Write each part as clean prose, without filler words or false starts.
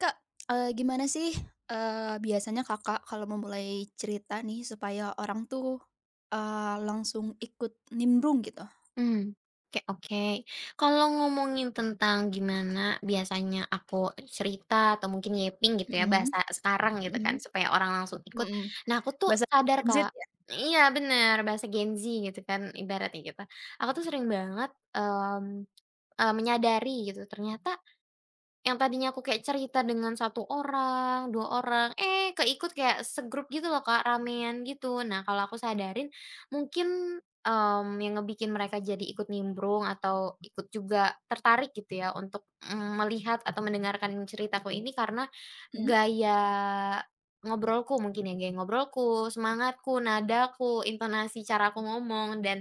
Kak, gimana sih, eee, biasanya Kakak kalau memulai cerita nih supaya orang tuh, eee, langsung ikut nimbrung gitu? Mmm, oke oke. Kalau ngomongin tentang gimana biasanya aku cerita atau mungkin yeping gitu ya, Mhm bahasa sekarang gitu kan, mhm supaya orang langsung ikut. mhm, Nah, aku tuh bahasa sadar, Gen Z Kak. ya? Iya, bener, bahasa Gen Z gitu kan ibaratnya gitu. Aku tuh sering banget, menyadari gitu, ternyata yang tadinya aku kayak cerita dengan satu orang, 2 orang, eh, keikut kayak segrup gitu loh Kak, ramean gitu. Nah, kalau aku sadarin mungkin, yang ngebikin mereka jadi ikut nimbrung atau ikut juga tertarik gitu ya untuk, melihat atau mendengarkan ceritaku ini karena Mhm, gaya ngobrolku mungkin ya, gaya ngobrolku, semangatku, nadaku, intonasi cara aku ngomong dan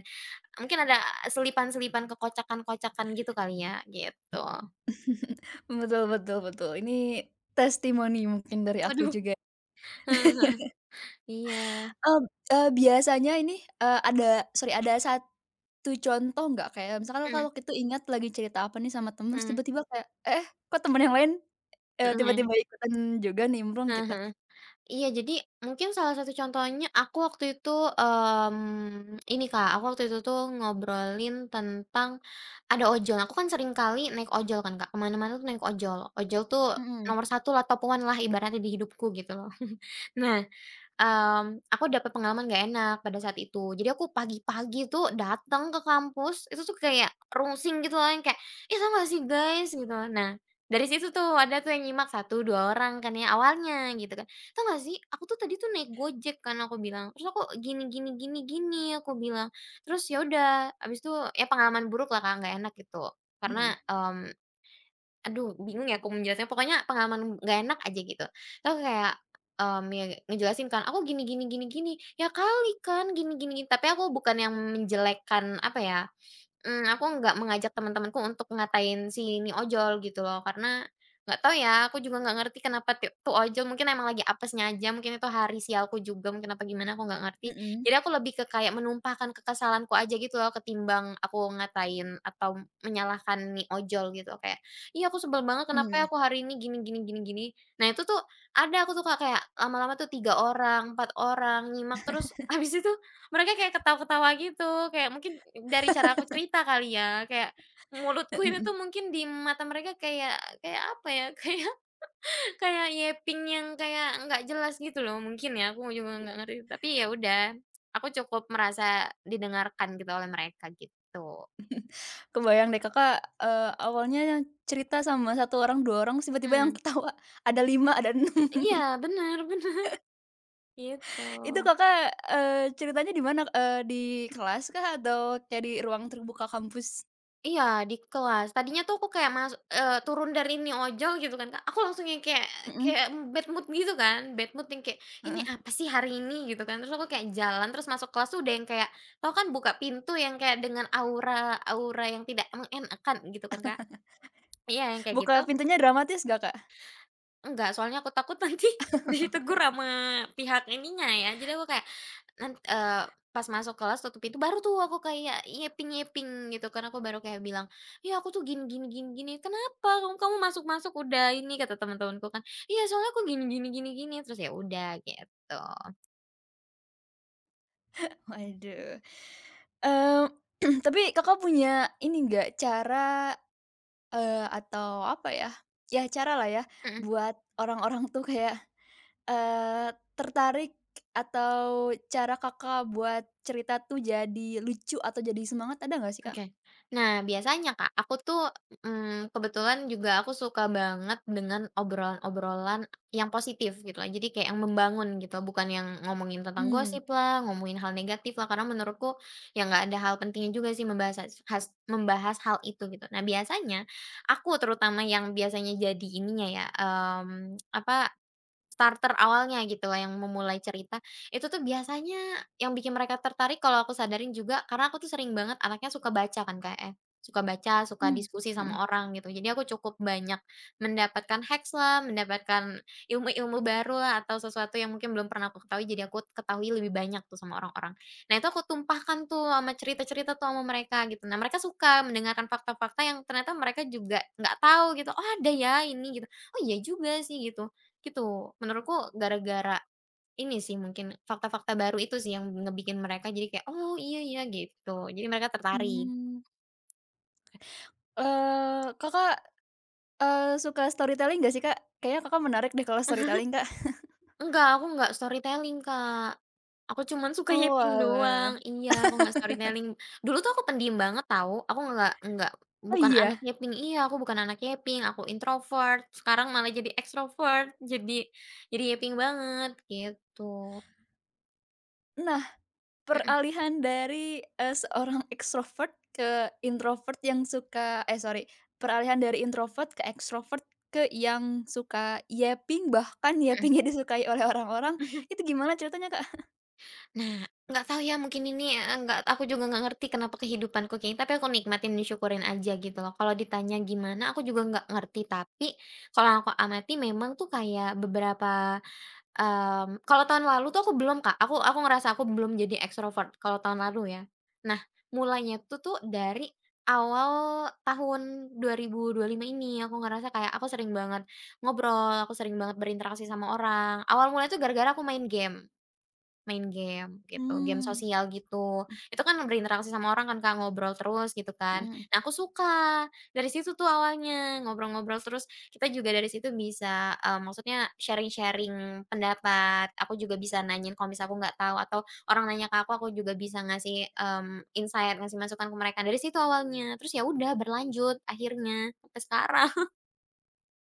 mungkin ada selipan-selipan kekocakan-kocakan gitu kali ya, gitu. betul betul betul, ini testimoni mungkin dari aku Waduh. juga. Iya, Mmm, biasanya ini, eee, ada ada satu contoh nggak? Kayak misalkan mhm kalau kita ingat lagi cerita apa nih sama temen, terus mhm, tiba-tiba kayak, "Eh, kok temen yang lain, mhm, tiba-tiba ikutan juga nimbrung?" heeh Gitu. heeh. Iya, jadi mungkin salah satu contohnya aku waktu itu, ini Kak, aku waktu itu tuh ngobrolin tentang ada ojol. Aku kan sering kali naik ojol kan Kak, ke mana-mana tuh naik ojol. Ojol tuh Mhm, nomor satu lah, top 1 lah ibaratnya di hidupku gitu loh. Nah, aku dapat pengalaman nggak enak pada saat itu. Jadi aku pagi-pagi tuh datang ke kampus, itu tuh kayak rungsing gitu loh, yang kayak, "Ih, tau nggak sih guys?" Gitu. Nah, dari situ tuh ada tuh yang nyimak satu 2 orang kan ya awalnya gitu kan. "Tau nggak sih, aku tuh tadi tuh naik Gojek," kan aku bilang. "Terus aku gini gini gini gini," aku bilang. Terus ya udah, habis itu ya pengalaman buruk lah Kak, nggak enak gitu. Karena, mhm, aduh, bingung ya aku menjelaskan, pokoknya pengalaman nggak enak aja gitu. Terus kayak, ya ngejelasin kan, "Aku gini gini gini gini." "Ya kali kan, gini gini gini." Tapi aku bukan yang menjelekkan, apa ya. Aku nggak mengajak teman-temanku untuk ngatain si ini ojol gitu loh, karena nggak tahu ya, aku juga nggak ngerti kenapa tuh ojol mungkin emang lagi apesnya aja, mungkin itu hari sialku juga mungkin apa gimana aku nggak mhm, ngerti. Jadi mhm, aku lebih ke kayak menumpahkan kekesalanku aja gitu loh, ketimbang aku ngatain atau menyalahkan nih ojol gitu, kayak, "Ih, aku sebel banget mhm. kenapa Mhm. ya aku hari ini gini gini gini gini." Nah itu tuh ada aku tuh Kak, kayak lama-lama tuh 3 orang, 4 orang nyimak terus habis itu mereka kayak ketawa-ketawa gitu, kayak mungkin dari cara aku cerita kali ya, kayak mulutku ini tuh mungkin di mata mereka kayak kayak apa ya, kayak kayak yeping yang kayak nggak jelas gitu loh mungkin ya, aku juga nggak ngerti. Tapi ya udah, aku cukup merasa didengarkan gitu oleh mereka gitu. Kebayang deh Kakak, awalnya yang cerita sama satu orang, 2 orang, terus tiba-tiba yang Mmm, ketawa ada 5 ada 6. iya benar bener, gitu. Itu Kakak, ceritanya di mana? Di kelas kah atau kayak di ruang terbuka kampus? Iya, di kelas. Tadinya tuh aku kayak turun dari ini ojol gitu kan, Kak, aku langsung yang kayak Mhm, kayak bad mood gitu kan, bad mood yang kayak, "Ini heeh. apa sih hari ini?" Gitu kan. Terus aku kayak jalan, terus masuk kelas tuh udah yang kayak tau kan buka pintu yang kayak dengan aura aura yang tidak mengenakan gitu kan, Kak. Iya, yang kayak Buka gitu. pintunya dramatis nggak, Kak? Enggak, soalnya aku takut nanti ditegur sama pihak ininya ya. Jadi aku kayak nan pas masuk kelas tutup pintu baru tuh aku kayak nyeping-nyeping gitu kan, aku baru kayak bilang, "Ya aku tuh gini gini gini gini." "Kenapa? Kamu kamu masuk-masuk udah ini," kata teman-temanku kan. "Iya soalnya aku gini gini gini gini." Terus ya udah gitu. Waduh, mmm, tapi Kakak punya ini nggak cara, atau apa ya, ya cara lah ya Mhm. buat orang-orang tuh kayak, eee, tertarik atau cara Kakak buat cerita tuh jadi lucu atau jadi semangat ada nggak sih, Kak? Oke. Nah, biasanya Kak, aku tuh, kebetulan juga aku suka banget dengan obrolan-obrolan yang positif gitu lah. Jadi kayak yang membangun gitu, bukan yang ngomongin tentang Mmm, gosip lah, ngomongin hal negatif lah, karena menurutku ya nggak ada hal pentingnya juga sih membahas membahas hal itu gitu. Nah, biasanya aku terutama yang biasanya jadi ininya ya, apa starter awalnya gitu loh yang memulai cerita, itu tuh biasanya yang bikin mereka tertarik kalau aku sadarin juga karena aku tuh sering banget anaknya suka baca kan Kak ya, suka baca, suka mmm, diskusi sama mhm, orang gitu. Jadi aku cukup banyak mendapatkan hacks lah, mendapatkan ilmu-ilmu baru lah atau sesuatu yang mungkin belum pernah aku ketahui jadi aku ketahui lebih banyak tuh sama orang-orang. Nah itu aku tumpahkan tuh sama cerita-cerita tuh sama mereka gitu. Nah mereka suka mendengarkan fakta-fakta yang ternyata mereka juga nggak tahu gitu, "Oh ada ya ini," gitu, "Oh iya juga sih," gitu. Gitu, menurutku gara-gara ini sih mungkin fakta-fakta baru itu sih yang ngebikin mereka jadi kayak, "Oh, iya ya," gitu. Jadi mereka tertarik. mmm, Kakak, suka storytelling nggak sih, Kak? Kayaknya Kakak menarik deh kalau storytelling, Kak. Enggak, aku nggak storytelling, Kak. Aku cuman suka yapping Oalah, doang. Iya, aku nggak storytelling. Dulu tuh aku pendiam banget tahu, aku nggak oh bukan anak iya? yapping iya, aku bukan anak yapping, aku introvert, sekarang malah jadi extrovert, jadi jadi yapping banget, gitu. Nah, Mhm peralihan dari, seorang ekstrovert ke introvert yang suka peralihan dari introvert ke ekstrovert ke yang suka yapping, bahkan mhm. yappingnya disukai oleh orang-orang, itu gimana ceritanya, Kak? Nah, nggak tahu ya mungkin ini, nggak aku juga nggak ngerti kenapa kehidupanku kayak gini, tapi aku nikmatin dan syukurin aja gitu loh. Kalau ditanya gimana, aku juga nggak ngerti, tapi kalau aku amati memang tuh kayak beberapa, kalau tahun lalu tuh aku belum, Kak, aku ngerasa aku belum jadi ekstrovert kalau tahun lalu ya. Nah, mulainya tuh tuh dari awal tahun dua 2025 ini, aku ngerasa kayak aku sering banget ngobrol, aku sering banget berinteraksi sama orang. Awal mulai tuh gara-gara aku main game. Main game gitu, game Hmm, sosial gitu. Itu kan berinteraksi sama orang kan Kak, ngobrol terus gitu kan. mhm. Nah aku suka, dari situ tuh awalnya, ngobrol-ngobrol terus kita juga dari situ bisa, maksudnya sharing-sharing pendapat, aku juga bisa nanyain kalau misalnya aku nggak tahu atau orang nanya ke aku juga bisa ngasih, insight, ngasih masukan ke mereka. Dari situ awalnya, terus ya udah berlanjut akhirnya sampai sekarang.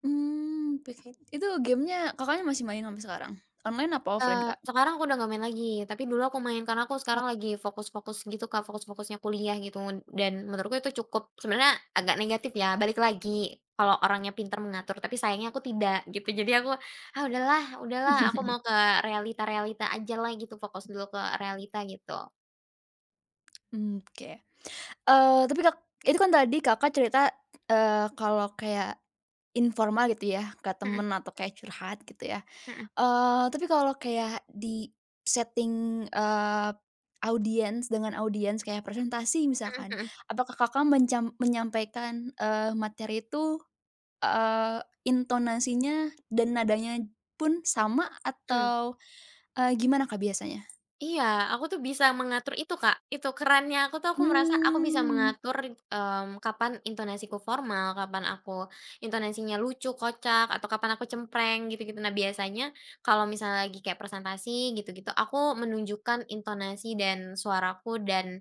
Peki itu gamenya Kakaknya masih main sampai sekarang? Online apa offline, Eee, Kak? Sekarang aku udah nggak main lagi, tapi dulu aku main karena aku Oh. sekarang lagi fokus-fokus gitu Kak, fokus-fokusnya kuliah gitu dan menurutku itu cukup sebenarnya agak negatif ya, balik lagi, kalau orangnya pintar mengatur, tapi sayangnya aku tidak gitu. Jadi aku, "Ah udahlah udahlah, aku mau ke realita-realita ajalah," gitu, fokus dulu ke realita gitu. Mmm, oke. Tapi Kak itu kan tadi Kakak cerita, kalau kayak informal gitu ya, ke Mhm temen atau kayak curhat gitu ya. mhm Tapi kalau kayak di setting, audiens dengan audiens kayak presentasi mhm misalkan, mhm apakah Kakak menyampaikan, materi itu, eee, intonasinya dan nadanya pun sama mhm. atau, gimana Kak biasanya? Iya, aku tuh bisa mengatur itu, Kak. Itu kerennya aku tuh aku merasa aku bisa Mmm, mengatur, kapan intonasiku formal, kapan aku intonasinya lucu, kocak, atau kapan aku cempreng gitu-gitu. Nah, biasanya kalau misalnya lagi kayak presentasi gitu-gitu, aku menunjukkan intonasi dan suaraku dan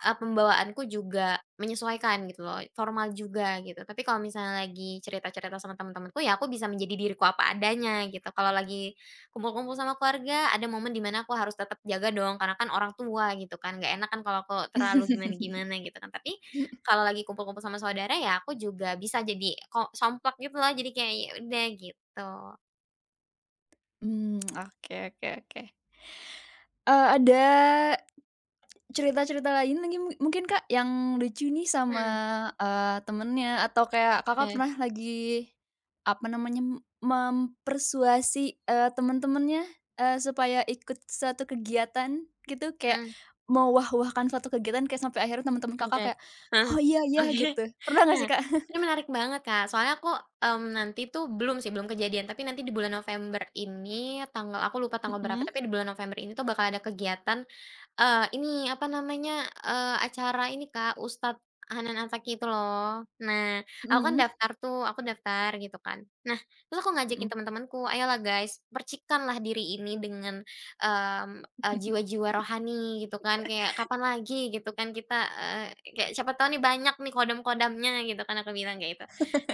Pembawaanku juga menyesuaikan gitu loh, formal juga gitu. Tapi kalau misalnya lagi cerita-cerita sama teman-temanku, ya aku bisa menjadi diriku apa adanya gitu. Kalau lagi kumpul-kumpul sama keluarga, ada momen di mana aku harus tetap jaga dong, karena kan orang tua gitu kan, nggak enak kan kalau aku terlalu gimana-gimana gitu kan. Tapi kalau lagi kumpul-kumpul sama saudara, ya aku juga bisa jadi ko somplak gitu loh, jadi kayak ya udah gitu. mmm, oke oke oke. Ada cerita-cerita lain lagi mungkin, Kak, yang lucu nih sama, Mhm, temennya atau kayak Kakak oke, pernah lagi, apa namanya, mempersuasi, temen-temennya, supaya ikut suatu kegiatan gitu, kayak mhm, mau wah wahkan suatu kegiatan kayak sampai akhirnya teman teman oke. Kakak kayak, Heeh, "Oh, iya iya," oke. gitu. Pernah nggak Nah, sih, Kak? ini menarik banget, Kak. Soalnya aku, nanti tuh belum sih, belum kejadian, tapi nanti di bulan November ini, tanggal aku lupa tanggal berapa, Mhm, tapi di bulan November ini tuh bakal ada kegiatan, ini, apa namanya, acara ini, Kak, Ustadz Hanan Ataki itu loh. Nah, aku kan mhm, daftar tuh, aku daftar gitu kan. Nah, terus aku ngajakin mhm. teman-temanku, "Ayolah guys, percikanlah diri ini dengan jiwa-jiwa rohani gitu kan, kayak kapan lagi gitu kan kita, kayak siapa tahu nih banyak nih kodam-kodamnya gitu kan aku bilang kayak gitu.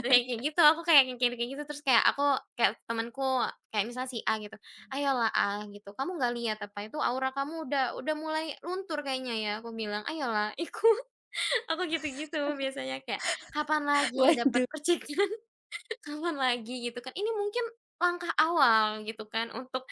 Terus kayak kayak gitu aku kayak yang kayak gitu terus kayak aku kayak temanku kayak misalnya si A gitu, "Ayolah A," gitu, "kamu nggak lihat apa itu aura kamu udah mulai luntur kayaknya ya," aku bilang, "Ayolah ikut," aku gitu-gitu biasanya kayak, "Kapan lagi dapat Waduh, percikan, kapan lagi," gitu kan. Ini mungkin langkah awal gitu kan untuk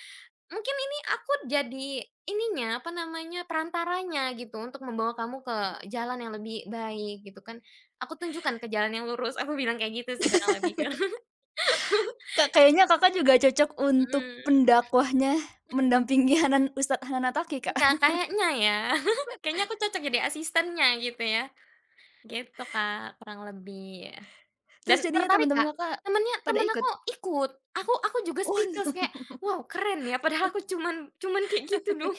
Mungkin ini aku jadi ininya, apa namanya, perantaranya gitu untuk membawa kamu ke jalan yang lebih baik gitu kan. Aku tunjukkan ke jalan yang lurus, aku bilang kayak gitu sih kurang lebih kan. Kak, kayaknya Kakak juga cocok untuk Mmm, pendakwahnya, mendampingi Ustadz Hanan Attaqi, Kak. iya kayaknya ya. Kayaknya aku cocok jadi asistennya gitu ya. Gitu Kak, kurang lebih. Dan Terus jadinya tertarik Kak, teman-teman Kakak temennya pada temen ikut? aku ikut. Aku juga speechless Waduh, kayak, "Wow keren ya," padahal aku cuman cuman kayak gitu doang.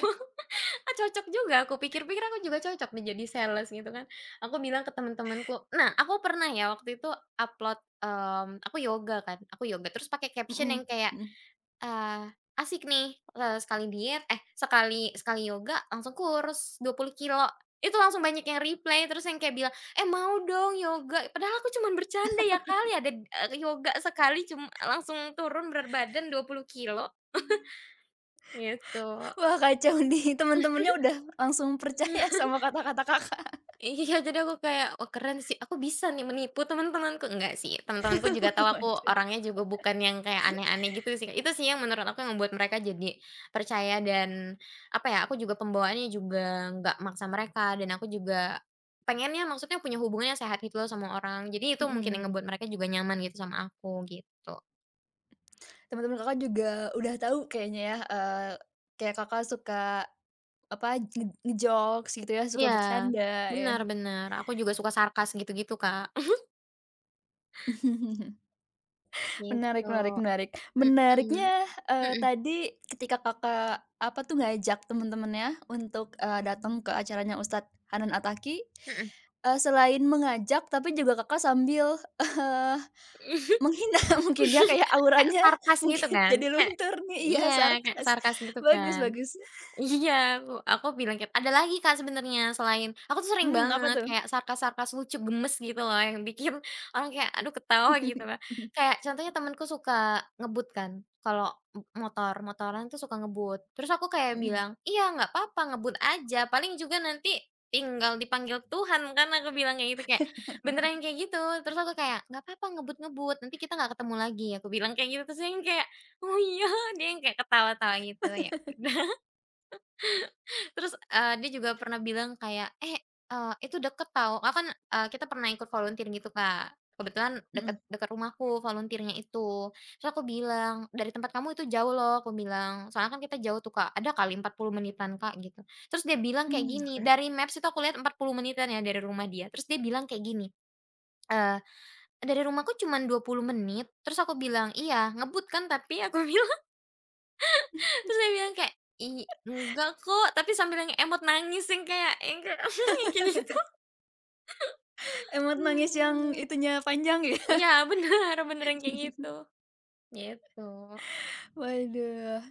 Ah, cocok juga, aku pikir-pikir aku juga cocok nih jadi sales gitu kan. Aku bilang ke teman-temanku. Nah, aku pernah ya waktu itu upload, aku yoga kan, aku yoga terus pakai caption mhm yang kayak, mhm. eee, "Asik nih, sekali diet eh, sekali sekali yoga langsung kurus 20 kilo." Itu langsung banyak yang reply terus yang kayak bilang, "Eh, mau dong yoga." Padahal aku cuman bercanda ya kali ada, yoga sekali cuma langsung turun berat badan 20 kilo. Gitu. Wah, kacau nih, teman temennya udah langsung percaya sama kata-kata Kakak. Iya, jadi aku kayak, "Wah, keren sih, aku bisa nih menipu teman-temanku." Enggak sih, teman-temanku juga tahu aku Waduh, orangnya juga bukan yang kayak aneh-aneh gitu sih. Itu sih yang menurut aku yang membuat mereka jadi percaya dan, apa ya, aku juga pembawaannya juga nggak maksa mereka dan aku juga pengennya maksudnya punya hubungannya sehat gitu loh sama orang. Jadi itu mungkin yang mhm. ngebuat mereka juga nyaman gitu sama aku, gitu. Temen-temen Kakak juga udah tahu kayaknya ya, kayak Kakak suka, apa, ngejokes gitu ya, suka Iya, bercanda benar benar. Aku juga suka sarkas gitu-gitu, Kak. ya. Gitu. Menarik menarik menarik. Mhm. Menariknya, Mhm tadi ketika Kakak, apa tuh, ngajak teman-temannya untuk, datang ke acaranya Ustadz Hanan Ataki. mhm Selain mengajak tapi juga Kakak sambil, mhm. menghina mungkin ya, kayak Kayak auranya sarkas gitu mungkin kan? jadi Kayak luntur nih, iya iya, kayak sarkas. sarkas gitu Bagus kan? bagus. Iya, aku bilang ada lagi Kak sebenarnya selain aku tuh sering Hmm, apa banget tuh? kayak sarkas-sarkas lucu gemes gitu loh yang bikin orang kayak, aduh ketawa gitu loh. Kayak contohnya temanku suka ngebut kan, kalau motor motoran tuh suka ngebut. Terus aku kayak Mhm bilang, "Iya nggak apa-apa ngebut aja, paling juga nanti tinggal dipanggil Tuhan kan," aku bilang kayak gitu, kayak beneran yang kayak gitu. Terus aku kayak, "Nggak apa-apa ngebut-ngebut, nanti kita nggak ketemu lagi," aku bilang kayak gitu. Terus dia yang kayak, "Oh iya?" Dia yang kayak ketawa-tawa gitu, ya ud terus, dia juga pernah bilang kayak, "Eh, itu deket tau." Aku kan, kita pernah ikut volunteer gitu, Kak. Kebetulan deket mhm deket rumahku volunteer-nya itu. Terus aku bilang, "Dari tempat kamu itu jauh loh," aku bilang. Soalnya kan kita jauh tuh, Kak, ada kali 40 menitan, Kak, gitu. Terus dia bilang mhm, kayak mmm, gini, oke. dari Maps itu aku lihat 40 menitan ya dari rumah dia. Terus dia bilang kayak gini, eee, "Dari rumahku cuma 20 menit." Terus aku bilang, "Iya, ngebut kan tapi?" Aku bilang. Terus saya bilang kayak, "Ih, enggak kok," tapi sambil yang emot nangis yang kayak yang kayak gitu. Emot nangis yang Mmm. itunya panjang ya? Iya, bener bener yang kayak gitu, gitu. Waduh.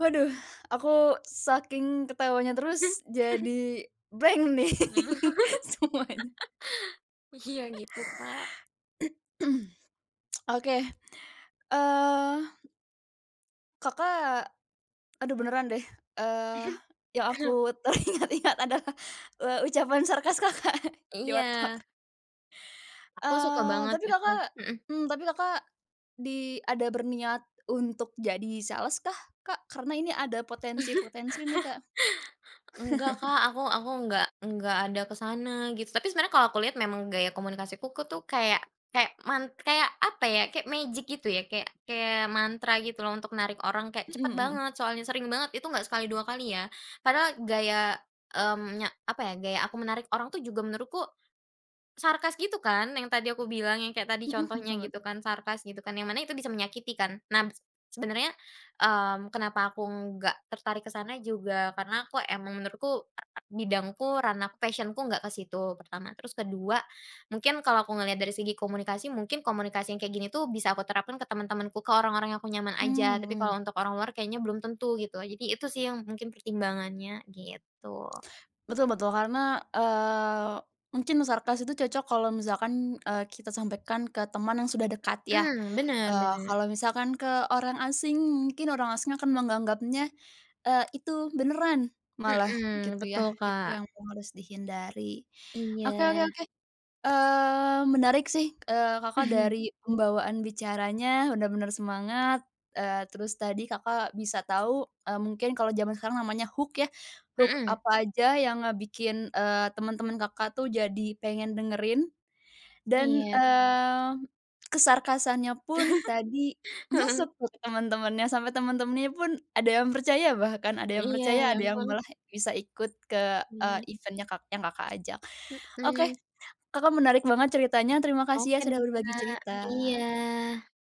Waduh, aku saking ketawanya terus jadi blank nih semuanya. Iya gitu, Kak. Oke, eee, Kakak aduh beneran deh, eee, yang Kenap aku teringat-ingat adalah, ucapan sarkas Kakak di iya, otak. aku suka Eee, banget tapi itu, Kakak mhm. mmm, tapi Kakak ada berniat untuk jadi sales kah, Kak? Karena ini ada potensi-potensi nih, Kak. Enggak, Kak, aku enggak ada ke sana gitu. Tapi sebenarnya kalau aku lihat memang gaya komunikasiku tuh kayak kayak kayak apa ya, kayak magic gitu ya, kayak kayak mantra gitu loh untuk narik orang kayak Mhm cepat mhm. banget soalnya sering banget, itu nggak sekali dua kali ya. Padahal gaya, nya apa ya, gaya aku menarik orang tuh juga menurutku sarkas gitu kan, yang tadi aku bilang, yang kayak tadi Mhm, contohnya betul gitu betul. kan, sarkas gitu kan, yang mana itu bisa menyakiti kan. Nah, sebenarnya, kenapa aku nggak tertarik ke sana juga karena aku emang menurutku bidangku, ranahku, passionku nggak ke situ, pertama. Terus kedua, mungkin kalau aku ngelihat dari segi komunikasi, mungkin komunikasi yang kayak gini tuh bisa aku terapkan ke teman-temanku, ke orang-orang yang aku nyaman Mmm, aja, tapi mhm. kalau untuk orang luar kayaknya belum tentu gitu. Jadi itu sih yang mungkin pertimbangannya gitu. Betul betul, karena, mungkin sarkas itu cocok kalau misalkan, kita sampaikan ke teman yang sudah dekat ya. Hmm, benar benar Eee, bener. kalau misalkan ke orang asing, mungkin orang asing akan menganggapnya, itu beneran malah Mhm, gitu ya, betul, itu Kak. yang harus dihindari. Iya. Oke oke oke. Menarik sih, Kakak dari pembawaan bicaranya benar-benar semangat, terus tadi Kakak bisa tahu, mungkin kalau zaman sekarang namanya hook ya, hook Mhm, apa aja yang bikin teman-teman Kakak tuh jadi pengen dengerin dan, iya. Kesarkasannya pun tadi Heeh. masuk tuh ke teman-temannya, sampai teman-temannya pun ada yang percaya bahkan, ada yang Iya, percaya, ya ada yang ampun. malah bisa ikut ke, Iya. event-nya Kak yang Kakak ajak. Oke, Mhm. Kakak menarik banget ceritanya, terima kasih ya Oke sudah deh, berbagi Kak. Iya. cerita.